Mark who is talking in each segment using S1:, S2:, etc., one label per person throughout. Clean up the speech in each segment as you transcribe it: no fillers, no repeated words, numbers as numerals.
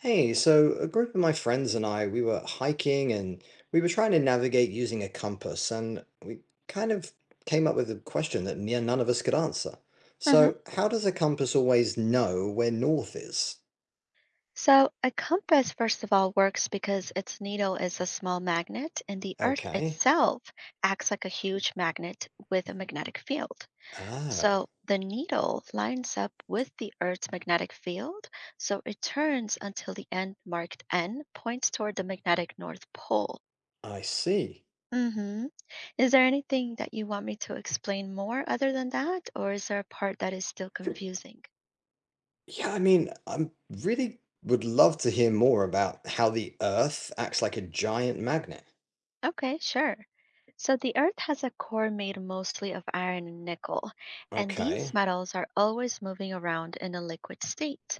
S1: Hey, so a group of my friends and I, we were hiking and we were trying to navigate using a compass, and we kind of came up with a question that near none of us could answer.
S2: hmm
S1: So, how does a compass always know where north is?
S2: So, a compass, first of all, works because its needle is a small magnet, and the Earth
S1: Okay.
S2: itself acts like a huge magnet with a magnetic field.
S1: Ah,
S2: So, the needle lines up with the Earth's magnetic field, so it turns until the end marked N points toward the magnetic North Pole.
S1: I see.
S2: hmm Is there anything that you want me to explain more other than that, or is there a part that is still confusing?
S1: Yeah, I mean, I really would love to hear more about how the Earth acts like a giant magnet.
S2: Okay, sure. So the Earth has a core made mostly of iron and nickel, and these
S1: Okay,
S2: metals are always moving around in a liquid state.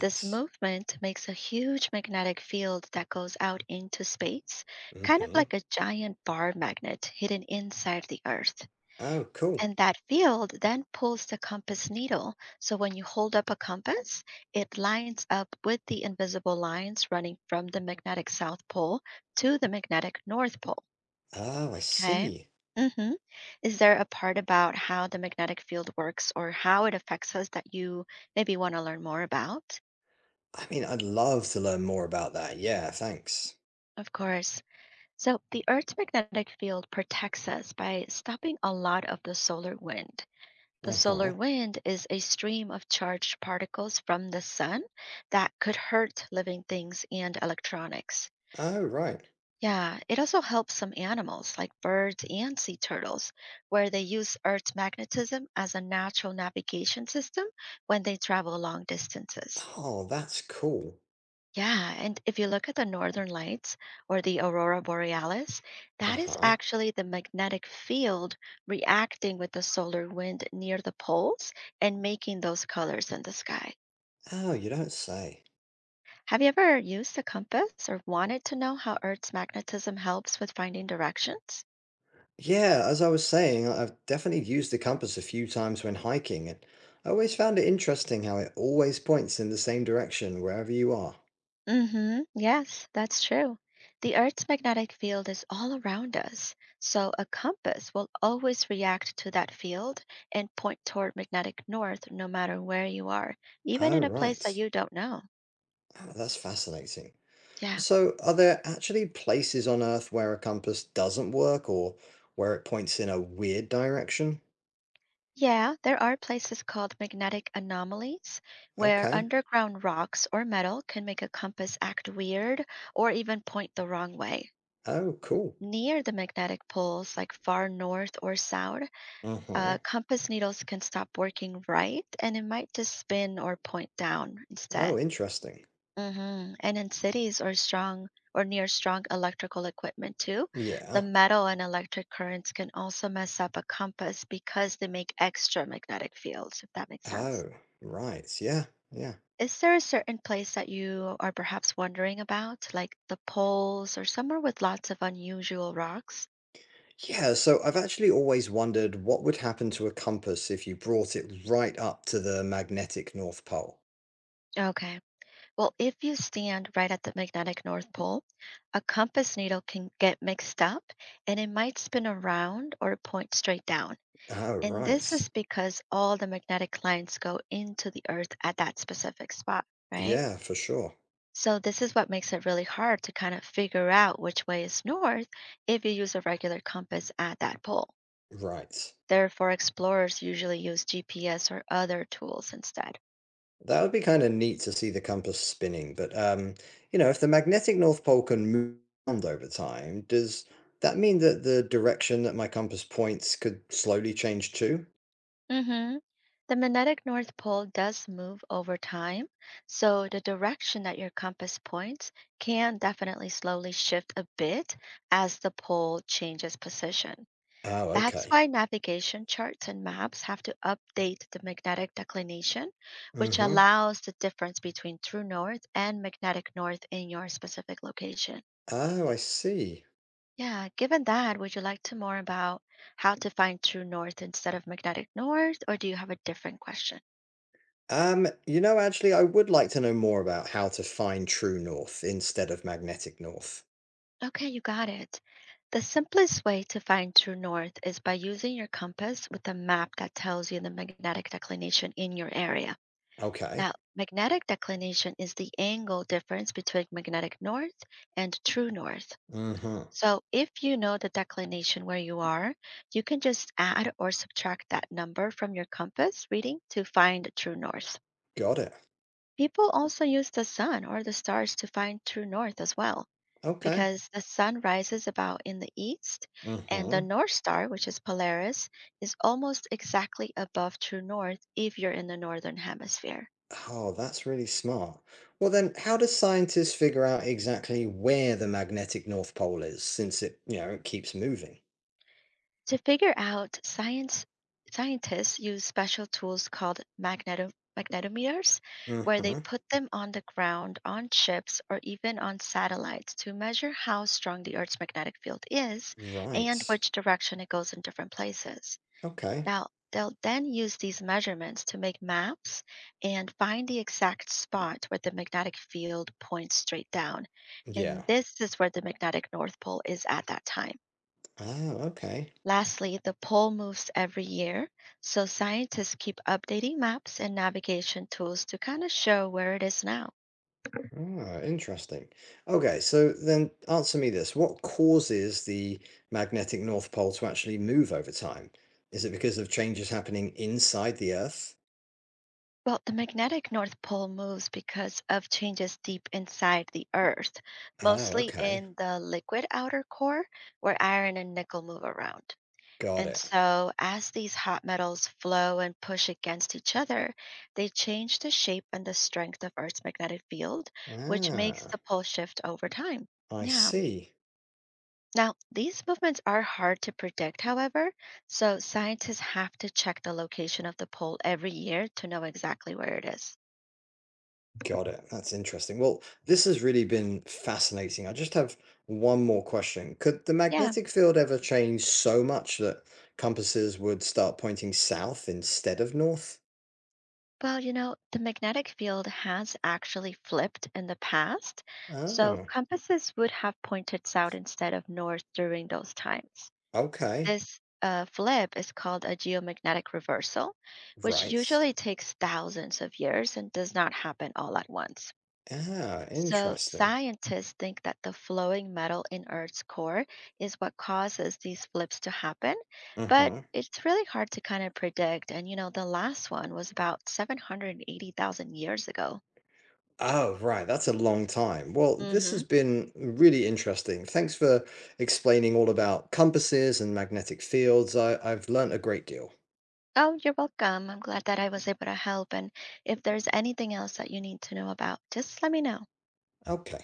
S2: This movement makes a huge magnetic field that goes out into space, kind of
S1: Mm-hmm.
S2: like a giant bar magnet hidden inside the Earth.
S1: Oh, cool.
S2: And that field then pulls the compass needle. So when you hold up a compass, it lines up with the invisible lines running from the magnetic South Pole to the magnetic North Pole.
S1: Oh, I
S2: Okay.
S1: see.
S2: hmm Is there a part about how the magnetic field works or how it affects us that you maybe want to learn more about?
S1: I mean, I'd love to learn more about that. Yeah, thanks.
S2: Of course. So, the Earth's magnetic field protects us by stopping a lot of the solar wind. The
S1: Uh-huh.
S2: solar wind is a stream of charged particles from the sun that could hurt living things and electronics.
S1: Oh, right.
S2: Yeah, it also helps some animals like birds and sea turtles, where they use Earth's magnetism as a natural navigation system when they travel long distances.
S1: Oh, that's cool.
S2: Yeah, and if you look at the northern lights or the aurora borealis, that is
S1: Uh-huh.
S2: actually the magnetic field reacting with the solar wind near the poles and making those colors in the sky.
S1: Oh, you don't say.
S2: Have you ever used a compass or wanted to know how Earth's magnetism helps with finding directions?
S1: Yeah, as I was saying, I've definitely used the compass a few times when hiking, and I always found it interesting how it always points in the same direction wherever you are.
S2: Mm-hmm. Yes, that's true. The Earth's magnetic field is all around us, so a compass will always react to that field and point toward magnetic north no matter where you are, even
S1: Oh,
S2: in a place that
S1: right.
S2: you don't know.
S1: Oh, that's fascinating.
S2: Yeah.
S1: So, are there actually places on Earth where a compass doesn't work or where it points in a weird direction?
S2: Yeah, there are places called magnetic anomalies where
S1: Okay.
S2: underground rocks or metal can make a compass act weird or even point the wrong way.
S1: Oh, cool.
S2: Near the magnetic poles, like far north or south,
S1: Uh-huh.
S2: compass needles can stop working right and it might just spin or point down
S1: Oh,
S2: instead.
S1: interesting.
S2: And in cities or strong or near strong electrical equipment too, the
S1: Yeah.
S2: metal and electric currents can also mess up a compass because they make extra magnetic fields, if that makes sense.
S1: Oh, right. Yeah. Yeah.
S2: Is there a certain place that you are perhaps wondering about, like the poles or somewhere with lots of unusual rocks?
S1: Yeah. So I've actually always wondered what would happen to a compass if you brought it right up to the magnetic North Pole.
S2: Okay. Well, if you stand right at the magnetic North Pole, a compass needle can get mixed up and it might spin around or point straight down.
S1: Oh,
S2: And
S1: right.
S2: this is because all the magnetic lines go into the Earth at that specific spot, right?
S1: Yeah, for sure.
S2: So, this is what makes it really hard to kind of figure out which way is north if you use a regular compass at that pole.
S1: Right.
S2: Therefore, explorers usually use GPS or other tools instead.
S1: That would be kind of neat to see the compass spinning, but you know, if the magnetic North Pole can move around over time, does that mean that the direction that my compass points could slowly change too?
S2: hmm The magnetic North Pole does move over time, so the direction that your compass points can definitely slowly shift a bit as the pole changes position.
S1: Oh,
S2: That's
S1: okay.
S2: why navigation charts and maps have to update the magnetic declination, which
S1: Mm-hmm.
S2: allows the difference between true north and magnetic north in your specific location.
S1: Oh, I see.
S2: Yeah, given that, would you like to more about how to find true north instead of magnetic north, or do you have a different question?
S1: You know, actually, I would like to know more about how to find true north instead of magnetic north.
S2: Okay, you got it. The simplest way to find true north is by using your compass with a map that tells you the magnetic declination in your area.
S1: Okay.
S2: Now, magnetic declination is the angle difference between magnetic north and true north.
S1: Mm-hmm.
S2: So, if you know the declination where you are, you can just add or subtract that number from your compass reading to find true north.
S1: Got it.
S2: People also use the sun or the stars to find true north as well
S1: Okay.
S2: because the sun rises about in the east, and the
S1: Mm-hmm.
S2: North Star, which is Polaris, is almost exactly above true north if you're in the northern hemisphere.
S1: Oh, that's really smart. Well, then, how do scientists figure out exactly where the magnetic North Pole is since it, you know, it keeps moving?
S2: To figure out science scientists use special tools called magnetometers where they
S1: Mm-hmm.
S2: put them on the ground on ships or even on satellites to measure how strong the earth's magnetic field is and
S1: Right.
S2: which direction it goes in different places.
S1: Okay.
S2: Now, they'll then use these measurements to make maps and find the exact spot where the magnetic field points straight down. And
S1: Yeah.
S2: this is where the magnetic North Pole is at that time.
S1: Ah, okay.
S2: Lastly, the pole moves every year, so scientists keep updating maps and navigation tools to kind of show where it is now.
S1: Ah, interesting. Okay, so then answer me this. What causes the magnetic North Pole to actually move over time? Is it because of changes happening inside the Earth?
S2: Well, the magnetic North Pole moves because of changes deep inside the Earth,
S1: Oh,
S2: mostly
S1: okay.
S2: in the liquid outer core where iron and nickel move around.
S1: Got
S2: And
S1: it.
S2: so, as these hot metals flow and push against each other, they change the shape and the strength of Earth's magnetic field, which makes
S1: Ah,
S2: the pole shift over time.
S1: I
S2: Yeah.
S1: see.
S2: Now, these movements are hard to predict, however, so scientists have to check the location of the pole every year to know exactly where it is.
S1: Got it. That's interesting. Well, this has really been fascinating. I just have one more question. Could the
S2: Yeah.
S1: magnetic field ever change so much that compasses would start pointing south instead of north?
S2: Well, the magnetic field has actually flipped in the past, so
S1: Oh,
S2: compasses would have pointed south instead of north during those times.
S1: okay.
S2: This flip is called a geomagnetic reversal, which
S1: Right.
S2: usually takes thousands of years and does not happen all at once.
S1: Ah,
S2: So,
S1: interesting.
S2: scientists think that the flowing metal in Earth's core is what causes these flips to happen, but
S1: Uh-huh.
S2: it's really hard to kind of predict. And, the last one was about 780,000 years ago.
S1: Oh, right. That's a long time. Well, this has
S2: hmm
S1: been really interesting. Thanks for explaining all about compasses and magnetic fields. I've learnt a great deal.
S2: Oh, you're welcome. I'm glad that I was able to help. And if there's anything else that you need to know about, just let me know.
S1: Okay.